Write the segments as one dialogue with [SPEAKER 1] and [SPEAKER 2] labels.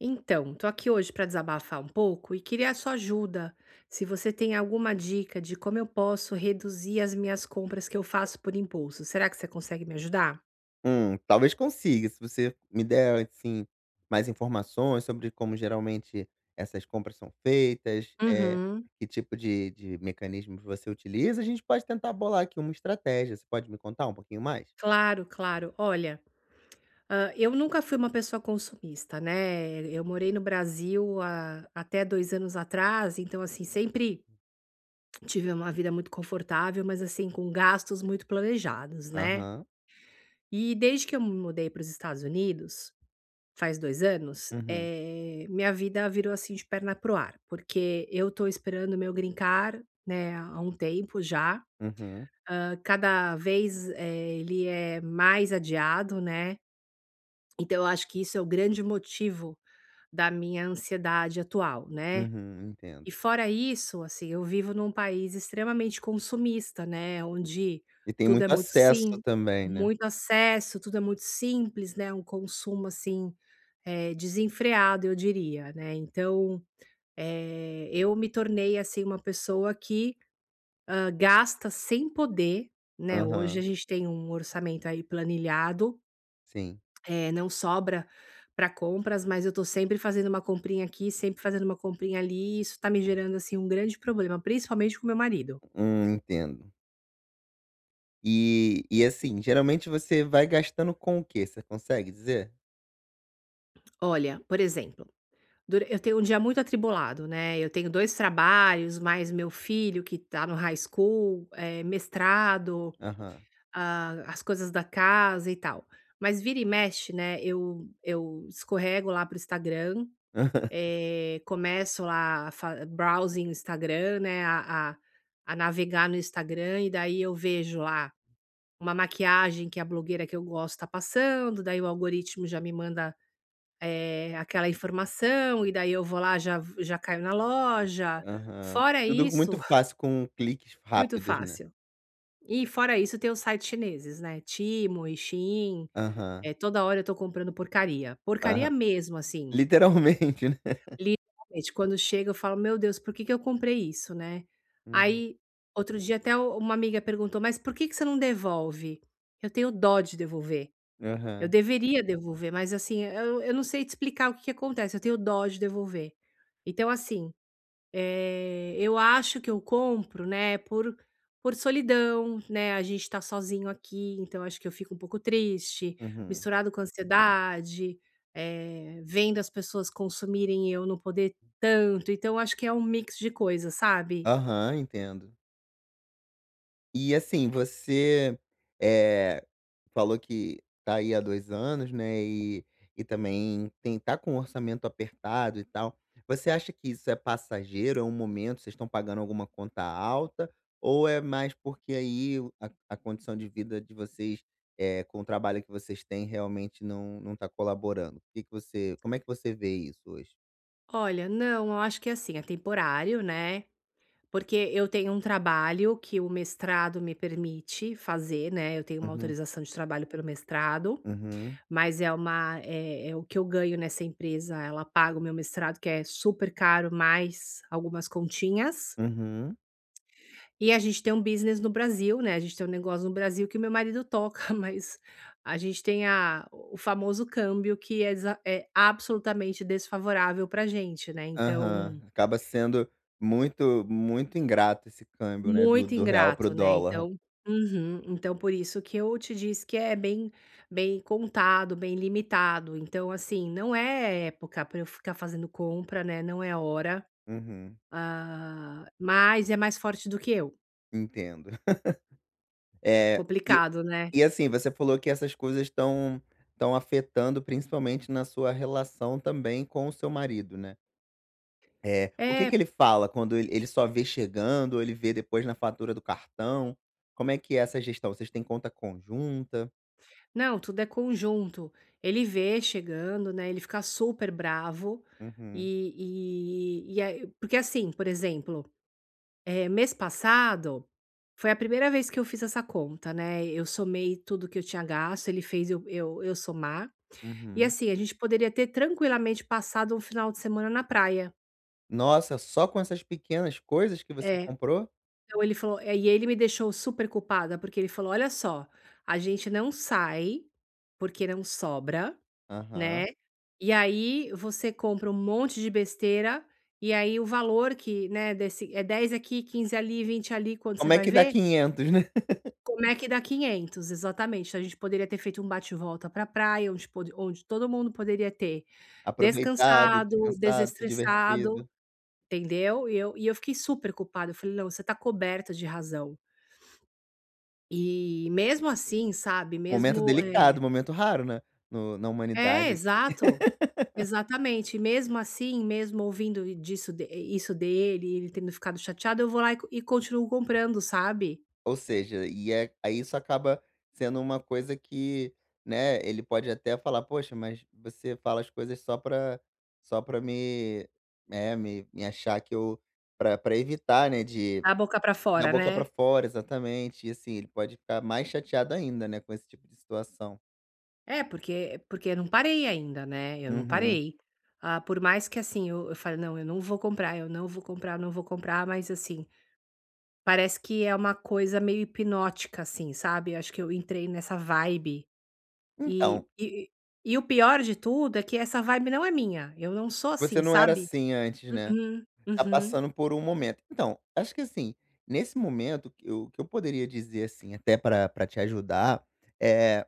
[SPEAKER 1] Então, tô aqui hoje para desabafar um pouco e queria a sua ajuda. Se você tem alguma dica de como eu posso reduzir as minhas compras que eu faço por impulso, será que você consegue me ajudar?
[SPEAKER 2] Talvez consiga, se você me der, assim, mais informações sobre como geralmente essas compras são feitas,
[SPEAKER 1] Uhum.
[SPEAKER 2] que tipo de mecanismos você utiliza. A gente pode tentar bolar aqui uma estratégia. Você pode me contar um pouquinho mais?
[SPEAKER 1] Claro, claro. Olha, eu nunca fui uma pessoa consumista, né. Eu morei no Brasil há até 2 anos atrás, então, assim, sempre tive uma vida muito confortável, mas, assim, com gastos muito planejados, né.
[SPEAKER 2] Aham.
[SPEAKER 1] E desde que eu me mudei para os Estados Unidos faz 2 anos.
[SPEAKER 2] Uhum.
[SPEAKER 1] Minha vida virou, assim, de perna pro ar, porque eu tô esperando meu green card, né, há um tempo já.
[SPEAKER 2] Uhum.
[SPEAKER 1] Cada vez, ele é mais adiado, né, então eu acho que isso é o grande motivo da minha ansiedade atual, né.
[SPEAKER 2] Uhum,
[SPEAKER 1] E
[SPEAKER 2] entendo.
[SPEAKER 1] fora isso, assim, eu vivo num país extremamente consumista, né, onde
[SPEAKER 2] E tem
[SPEAKER 1] tudo é
[SPEAKER 2] muito
[SPEAKER 1] muito
[SPEAKER 2] acesso
[SPEAKER 1] sim
[SPEAKER 2] também, né.
[SPEAKER 1] muito acesso, tudo é muito simples, né, um consumo, assim, desenfreado, eu diria, né. Então, eu me tornei, assim, uma pessoa que, gasta sem poder, né. Hoje a
[SPEAKER 2] Aham,
[SPEAKER 1] gente tem um orçamento aí planilhado,
[SPEAKER 2] sim.
[SPEAKER 1] não sobra para compras, mas eu tô sempre fazendo uma comprinha aqui, sempre fazendo uma comprinha ali, e isso tá me gerando, assim, um grande problema, principalmente com meu marido.
[SPEAKER 2] Entendo. Assim, geralmente você vai gastando com o quê? Você consegue dizer?
[SPEAKER 1] Olha, por exemplo, dura eu tenho um dia muito atribulado, né. Eu tenho 2 trabalhos, mais meu filho que tá no high school, mestrado.
[SPEAKER 2] Aham.
[SPEAKER 1] Ah, as coisas da casa e tal. Mas vira e mexe, né, eu escorrego lá pro Instagram, começo lá a fa browsing no Instagram, né, a navegar no Instagram e daí eu vejo lá uma maquiagem que a blogueira que eu gosto tá passando, daí o algoritmo já me manda, aquela informação e daí eu vou lá, já caio na loja.
[SPEAKER 2] Aham.
[SPEAKER 1] Fora
[SPEAKER 2] Tudo muito
[SPEAKER 1] isso,
[SPEAKER 2] fácil com cliques
[SPEAKER 1] muito
[SPEAKER 2] rápidos, né.
[SPEAKER 1] fácil. E fora isso tem os sites chineses, né, Temu, Shein.
[SPEAKER 2] Aham,
[SPEAKER 1] É, toda hora eu tô comprando porcaria. Porcaria
[SPEAKER 2] aham.
[SPEAKER 1] mesmo, assim.
[SPEAKER 2] Literalmente, né.
[SPEAKER 1] Literalmente, quando chega eu falo: "Meu Deus, por que que eu comprei isso, né?".
[SPEAKER 2] Uhum.
[SPEAKER 1] Aí, outro dia até u uma amiga perguntou: "Mas por que que você não devolve?". Eu tenho dó de devolver. Eu
[SPEAKER 2] Aham.
[SPEAKER 1] deveria devolver, mas assim, eu não sei te explicar o que que acontece, eu tenho dó de devolver. Então assim, eu acho que eu compro, né, por solidão, né, a gente tá sozinho aqui, então acho que eu fico um pouco triste,
[SPEAKER 2] Uhum.
[SPEAKER 1] misturado com ansiedade, vendo as pessoas consumirem e eu não poder tanto, então acho que é um mix de coisas, sabe.
[SPEAKER 2] Aham, entendo. E assim, você, eh, falou que tá aí há 2 anos, né, e também tem tá com o orçamento apertado e tal. Você acha que isso é passageiro, é um momento, vocês estão pagando alguma conta alta, ou é mais porque aí o a condição de vida de vocês, com o trabalho que vocês têm realmente não tá colaborando? O que que você, como é que você vê isso hoje?
[SPEAKER 1] Olha, não, eu acho que é assim, é temporário, né, porque eu tenho um trabalho que o mestrado me permite fazer, né, eu tenho uma
[SPEAKER 2] Uhum,
[SPEAKER 1] autorização de trabalho pelo mestrado.
[SPEAKER 2] uhum,
[SPEAKER 1] Mas é uma é o que eu ganho nessa empresa, ela paga o meu mestrado, que é super caro, mais algumas continhas.
[SPEAKER 2] uhum.
[SPEAKER 1] E a gente tem um business no Brasil, né, a gente tem um negócio no Brasil que o meu marido toca, mas a gente tem a o famoso câmbio que é desa é absolutamente desfavorável para gente, né,
[SPEAKER 2] Aham.
[SPEAKER 1] então
[SPEAKER 2] Acaba sendo muito ingrato esse câmbio, né, do
[SPEAKER 1] muito
[SPEAKER 2] do real para o
[SPEAKER 1] ingrato, né,
[SPEAKER 2] dólar.
[SPEAKER 1] então uhum, então por isso que eu te disse que é bem bem contado, bem limitado, então assim, não é época para eu ficar fazendo compra, né, não é hora,
[SPEAKER 2] Uhum,
[SPEAKER 1] ah, mas é mais forte do que eu,
[SPEAKER 2] entendo. É e
[SPEAKER 1] complicado, né.
[SPEAKER 2] e assim, você falou que essas coisas estão afetando principalmente na sua relação também com o seu marido, né. É o que que
[SPEAKER 1] É,
[SPEAKER 2] ele fala quando ele só vê chegando ou ele vê depois na fatura do cartão? Como é que é essa gestão? Vocês têm conta conjunta?
[SPEAKER 1] não, tudo é conjunto. Ele vê chegando, né, ele fica super bravo,
[SPEAKER 2] Uhum,
[SPEAKER 1] e aí porque assim, por exemplo, mês passado, foi a primeira vez que eu fiz essa conta, né, eu somei tudo que eu tinha gasto, ele fez eu somar, e
[SPEAKER 2] uhum.
[SPEAKER 1] assim, a gente poderia ter tranquilamente passado um final de semana na praia.
[SPEAKER 2] Nossa, só com essas pequenas coisas que você
[SPEAKER 1] É,
[SPEAKER 2] comprou?
[SPEAKER 1] então ele falou, e ele me deixou super culpada, porque ele falou: "Olha só, a gente não sai, porque não sobra, né,
[SPEAKER 2] Aham.
[SPEAKER 1] e aí você compra um monte de besteira, e aí o valor que, né, desse é 10 aqui, 15 ali, 20 ali, quando você
[SPEAKER 2] Como é
[SPEAKER 1] vai
[SPEAKER 2] que dá
[SPEAKER 1] ver".
[SPEAKER 2] 500, né.
[SPEAKER 1] Como é que dá 500 exatamente. Então, a gente poderia ter feito um bate-volta pra praia, onde pod onde todo mundo poderia ter
[SPEAKER 2] Aproveitado,
[SPEAKER 1] descansado,
[SPEAKER 2] descansado, se
[SPEAKER 1] desestressado,
[SPEAKER 2] divertido.
[SPEAKER 1] entendeu. E eu fiquei super culpada, eu falei: "Não, você tá coberta de razão". E mesmo assim, sabe,
[SPEAKER 2] Momento
[SPEAKER 1] mesmo.
[SPEAKER 2] delicado, momento raro, né? no na
[SPEAKER 1] É,
[SPEAKER 2] humanidade aqui.
[SPEAKER 1] exato. Exatamente. E mesmo assim, mesmo ouvindo e disso de isso dele, ele tendo ficado chateado, eu vou lá e continuo comprando, sabe.
[SPEAKER 2] Ou seja, e é aí, isso acaba sendo uma coisa que, né, ele pode até falar: "Poxa, mas você fala as coisas só pra me, me achar que eu", pra evitar, né, de
[SPEAKER 1] A boca pra
[SPEAKER 2] da
[SPEAKER 1] fora,
[SPEAKER 2] boca pra
[SPEAKER 1] né.
[SPEAKER 2] fora, exatamente. E assim, ele pode ficar mais chateado ainda, né, com esse tipo de situação.
[SPEAKER 1] É, porque eu não parei ainda, né, eu não
[SPEAKER 2] Uhum.
[SPEAKER 1] parei. Ah, por mais que, assim, eu falo: "Não, eu não vou comprar, eu não vou comprar, eu não vou comprar", mas, assim, parece que é uma coisa meio hipnótica, assim, sabe. Acho que eu entrei nessa vibe e
[SPEAKER 2] Então,
[SPEAKER 1] e e o pior de tudo é que essa vibe não é minha, eu não sou
[SPEAKER 2] você
[SPEAKER 1] assim,
[SPEAKER 2] não era
[SPEAKER 1] sabe.
[SPEAKER 2] assim antes, né?
[SPEAKER 1] Uhum,
[SPEAKER 2] Tá
[SPEAKER 1] uhum.
[SPEAKER 2] passando por um momento. Então, acho que assim, nesse momento, que eu o que eu poderia dizer, assim, até para pra te ajudar, eh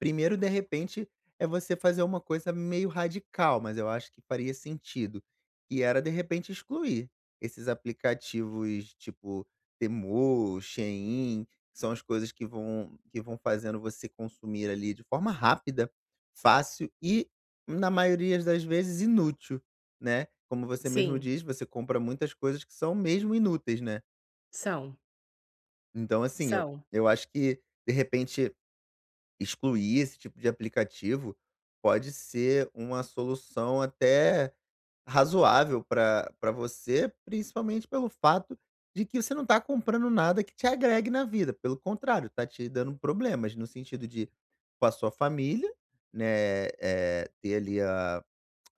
[SPEAKER 2] primeiro, de repente, é você fazer uma coisa meio radical, mas eu acho que faria sentido. E era, de repente, excluir esses aplicativos tipo Temu, Shein, que são as coisas que vão fazendo você consumir ali de forma rápida, fácil e, na maioria das vezes, inútil, né. Como você mesmo
[SPEAKER 1] Sim,
[SPEAKER 2] diz, você compra muitas coisas que são mesmo inúteis, né.
[SPEAKER 1] são,
[SPEAKER 2] Então, assim, eu
[SPEAKER 1] são.
[SPEAKER 2] eu acho que, de repente, excluir esse tipo de aplicativo pode ser uma solução até razoável para pra você, principalmente pelo fato de que você não está comprando nada que te agregue na vida. Pelo contrário, está te dando problemas no sentido de, com a sua família, né, eh, ter ali a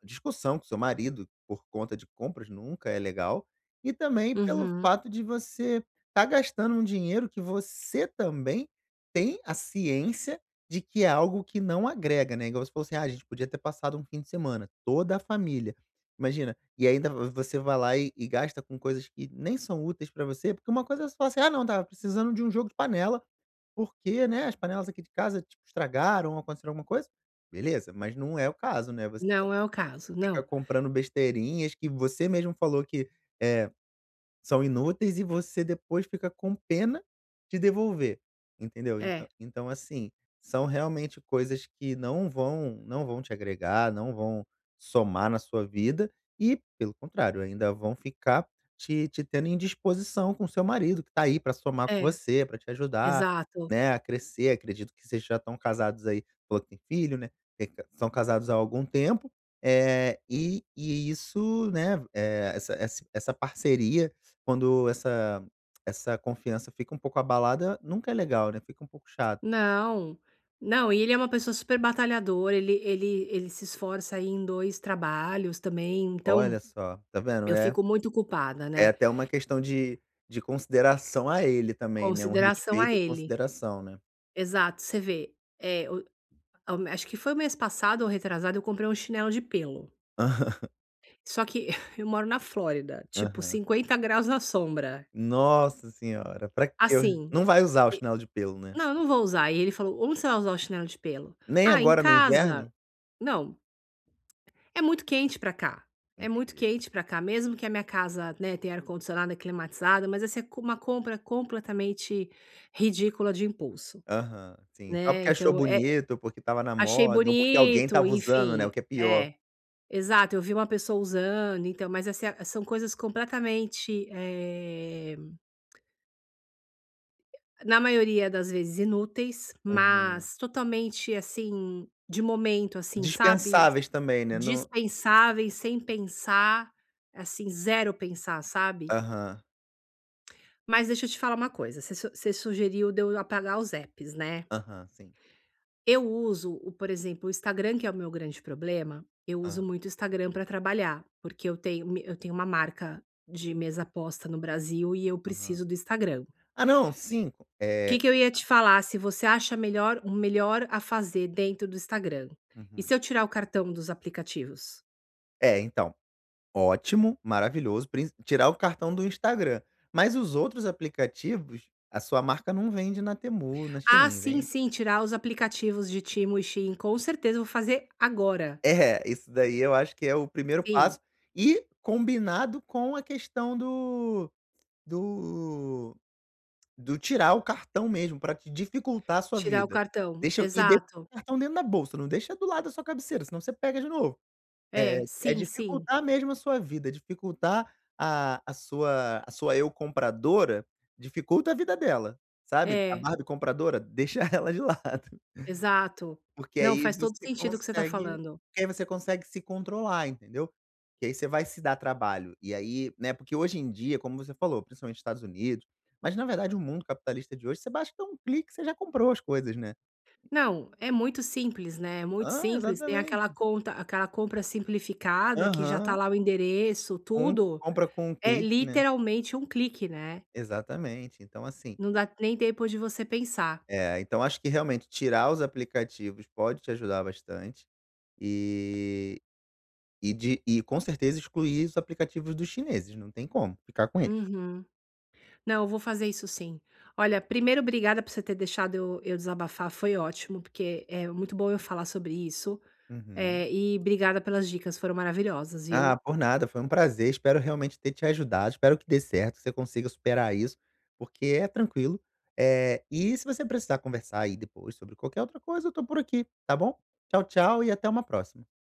[SPEAKER 2] discussão com seu marido por conta de compras nunca é legal, e também pelo
[SPEAKER 1] Uhum.
[SPEAKER 2] fato de você estar gastando um dinheiro que você também tem a ciência de que é algo que não agrega, né. Igual você falou, assim: "Ah, a gente podia ter passado um fim de semana, toda a família". Imagina, e ainda v você vai lá e gasta com coisas que nem são úteis pra você, porque uma coisa é você falar assim: "Ah não, tava precisando de um jogo de panela, porque, né, as panelas aqui de casa, tipo, estragaram ou aconteceram alguma coisa". Beleza, mas não é o caso, né, você
[SPEAKER 1] Não é o caso,
[SPEAKER 2] fica
[SPEAKER 1] não.
[SPEAKER 2] comprando besteirinhas que você mesmo falou que, eh, são inúteis e você depois fica com pena de devolver, entendeu? Então
[SPEAKER 1] É,
[SPEAKER 2] então assim, são realmente coisas que não vão te agregar, não vão somar na sua vida e, pelo contrário, ainda vão ficar te tendo em disposição com seu marido, que tá aí para somar com
[SPEAKER 1] é,
[SPEAKER 2] você, para te ajudar,
[SPEAKER 1] exato.
[SPEAKER 2] né, a crescer. Acredito que vocês já estão casados, aí falou que tem filho, né, tem, são casados há algum tempo. É e isso, né, eh, essa parceria, quando essa confiança fica um pouco abalada, nunca é legal, né, fica um pouco chato.
[SPEAKER 1] Não, não, e ele é uma pessoa super batalhadora, ele se esforça aí em 2 trabalhos também, então
[SPEAKER 2] Olha só, tá vendo?
[SPEAKER 1] eu
[SPEAKER 2] É
[SPEAKER 1] fico muito culpada,
[SPEAKER 2] é
[SPEAKER 1] né,
[SPEAKER 2] até uma questão de consideração a ele também, né, um
[SPEAKER 1] consideração a
[SPEAKER 2] respeito e
[SPEAKER 1] ele.
[SPEAKER 2] consideração, né.
[SPEAKER 1] Exato, você vê, é, o acho que foi o mês passado ou retrasado, eu comprei um chinelo de pelo, só que eu moro na Flórida, tipo
[SPEAKER 2] Aham.
[SPEAKER 1] 50 graus na sombra,
[SPEAKER 2] Nossa senhora, pra que, eu
[SPEAKER 1] assim:
[SPEAKER 2] não vai usar o chinelo de pelo, né?
[SPEAKER 1] "Não, eu não vou usar", e ele falou: "Onde você vai usar o chinelo de pelo?".
[SPEAKER 2] Nem
[SPEAKER 1] "Ah, em
[SPEAKER 2] agora no
[SPEAKER 1] casa".
[SPEAKER 2] inverno?
[SPEAKER 1] Não, é muito quente pra cá, é muito
[SPEAKER 2] Entendi.
[SPEAKER 1] quente pra cá, mesmo que a minha casa, né, tenha ar-condicionado, é climatizada, mas essa é co uma compra completamente ridícula de impulso,
[SPEAKER 2] Aham, sim. Só
[SPEAKER 1] né,
[SPEAKER 2] porque achou
[SPEAKER 1] então,
[SPEAKER 2] bonito, porque estava na
[SPEAKER 1] achei
[SPEAKER 2] moda ou porque alguém
[SPEAKER 1] bonito,
[SPEAKER 2] estava usando, né, o
[SPEAKER 1] enfim
[SPEAKER 2] que é pior.
[SPEAKER 1] é, exato, eu vi uma pessoa usando, então, mas são coisas completamente, na maioria das vezes inúteis,
[SPEAKER 2] Uhum.
[SPEAKER 1] mas totalmente, assim, de momento, assim, sabe.
[SPEAKER 2] Dispensáveis também, né, não,
[SPEAKER 1] Dispensáveis, sem pensar, assim, zero pensar, sabe.
[SPEAKER 2] aham,
[SPEAKER 1] Mas deixa eu te falar uma coisa, você su você sugeriu de eu apagar os apps, né.
[SPEAKER 2] aham, sim.
[SPEAKER 1] Eu uso o por exemplo, o Instagram, que é o meu grande problema, eu uso
[SPEAKER 2] Hã.
[SPEAKER 1] muito o Instagram para trabalhar, porque eu tenho uma marca de mesa aposta no Brasil e eu
[SPEAKER 2] Aham.
[SPEAKER 1] preciso do Instagram. O
[SPEAKER 2] Ah não, 5.
[SPEAKER 1] Que
[SPEAKER 2] É
[SPEAKER 1] que eu ia te falar, se você acha melhor o melhor a fazer dentro do Instagram, e
[SPEAKER 2] uhum.
[SPEAKER 1] se eu tirar o cartão dos aplicativos?
[SPEAKER 2] É, então, ótimo, maravilhoso, prin tirar o cartão do Instagram. Mas os outros aplicativos, a sua marca não vende na Temu, na
[SPEAKER 1] Ah,
[SPEAKER 2] Shein,
[SPEAKER 1] sim,
[SPEAKER 2] vende?
[SPEAKER 1] sim, tirar os aplicativos de Temu e Shein, com certeza vou fazer agora.
[SPEAKER 2] É, isso daí eu acho que é o primeiro
[SPEAKER 1] Sim,
[SPEAKER 2] passo e combinado com a questão do do tirar o cartão mesmo para te dificultar a sua
[SPEAKER 1] tirar o
[SPEAKER 2] vida.
[SPEAKER 1] cartão,
[SPEAKER 2] Deixa
[SPEAKER 1] exato.
[SPEAKER 2] o cartão dentro da bolsa, não deixa do lado da sua cabeceira, senão você pega de novo. É,
[SPEAKER 1] É,
[SPEAKER 2] é
[SPEAKER 1] sim, sim.
[SPEAKER 2] dificultar mesmo a sua vida, dificultar a sua eu compradora, dificulta a vida dela, sabe. A
[SPEAKER 1] É,
[SPEAKER 2] Barbie compradora, deixa ela de lado,
[SPEAKER 1] exato.
[SPEAKER 2] porque
[SPEAKER 1] Não,
[SPEAKER 2] aí
[SPEAKER 1] faz
[SPEAKER 2] você
[SPEAKER 1] todo sentido o que você está
[SPEAKER 2] consegue
[SPEAKER 1] falando.
[SPEAKER 2] porque aí você consegue se controlar, entendeu. Que aí você vai se dar trabalho, e aí, né, porque hoje em dia, como você falou, principalmente nos Estados Unidos, mas na verdade o mundo capitalista de hoje, você basta dar um clique, você já comprou as coisas, né.
[SPEAKER 1] Não, é muito simples, né, é muito
[SPEAKER 2] Ah,
[SPEAKER 1] simples, tem
[SPEAKER 2] exatamente.
[SPEAKER 1] aquela compra simplificada que já está
[SPEAKER 2] Aham.
[SPEAKER 1] lá o endereço,
[SPEAKER 2] Um
[SPEAKER 1] tudo.
[SPEAKER 2] compra com um
[SPEAKER 1] É
[SPEAKER 2] clique, né.
[SPEAKER 1] literalmente um clique, né,
[SPEAKER 2] Exatamente. Então assim,
[SPEAKER 1] não dá nem tempo de você pensar.
[SPEAKER 2] é, então acho que realmente tirar os aplicativos pode te ajudar bastante, e e com certeza excluir os aplicativos dos chineses, não tem como ficar com eles.
[SPEAKER 1] Uhum. Não, eu vou fazer isso sim. Olha, primeiro, obrigada por você ter deixado eu desabafar, foi ótimo, porque é muito bom eu falar sobre isso.
[SPEAKER 2] Uhum.
[SPEAKER 1] E obrigada pelas dicas, foram maravilhosas,
[SPEAKER 2] Ah,
[SPEAKER 1] viu?
[SPEAKER 2] por nada, foi um prazer, espero realmente ter te ajudado, espero que dê certo, que você consiga superar isso, porque é tranquilo. É, e se você precisar conversar aí depois sobre qualquer outra coisa, eu tô por aqui, tá bom? Tchau, tchau e até uma próxima.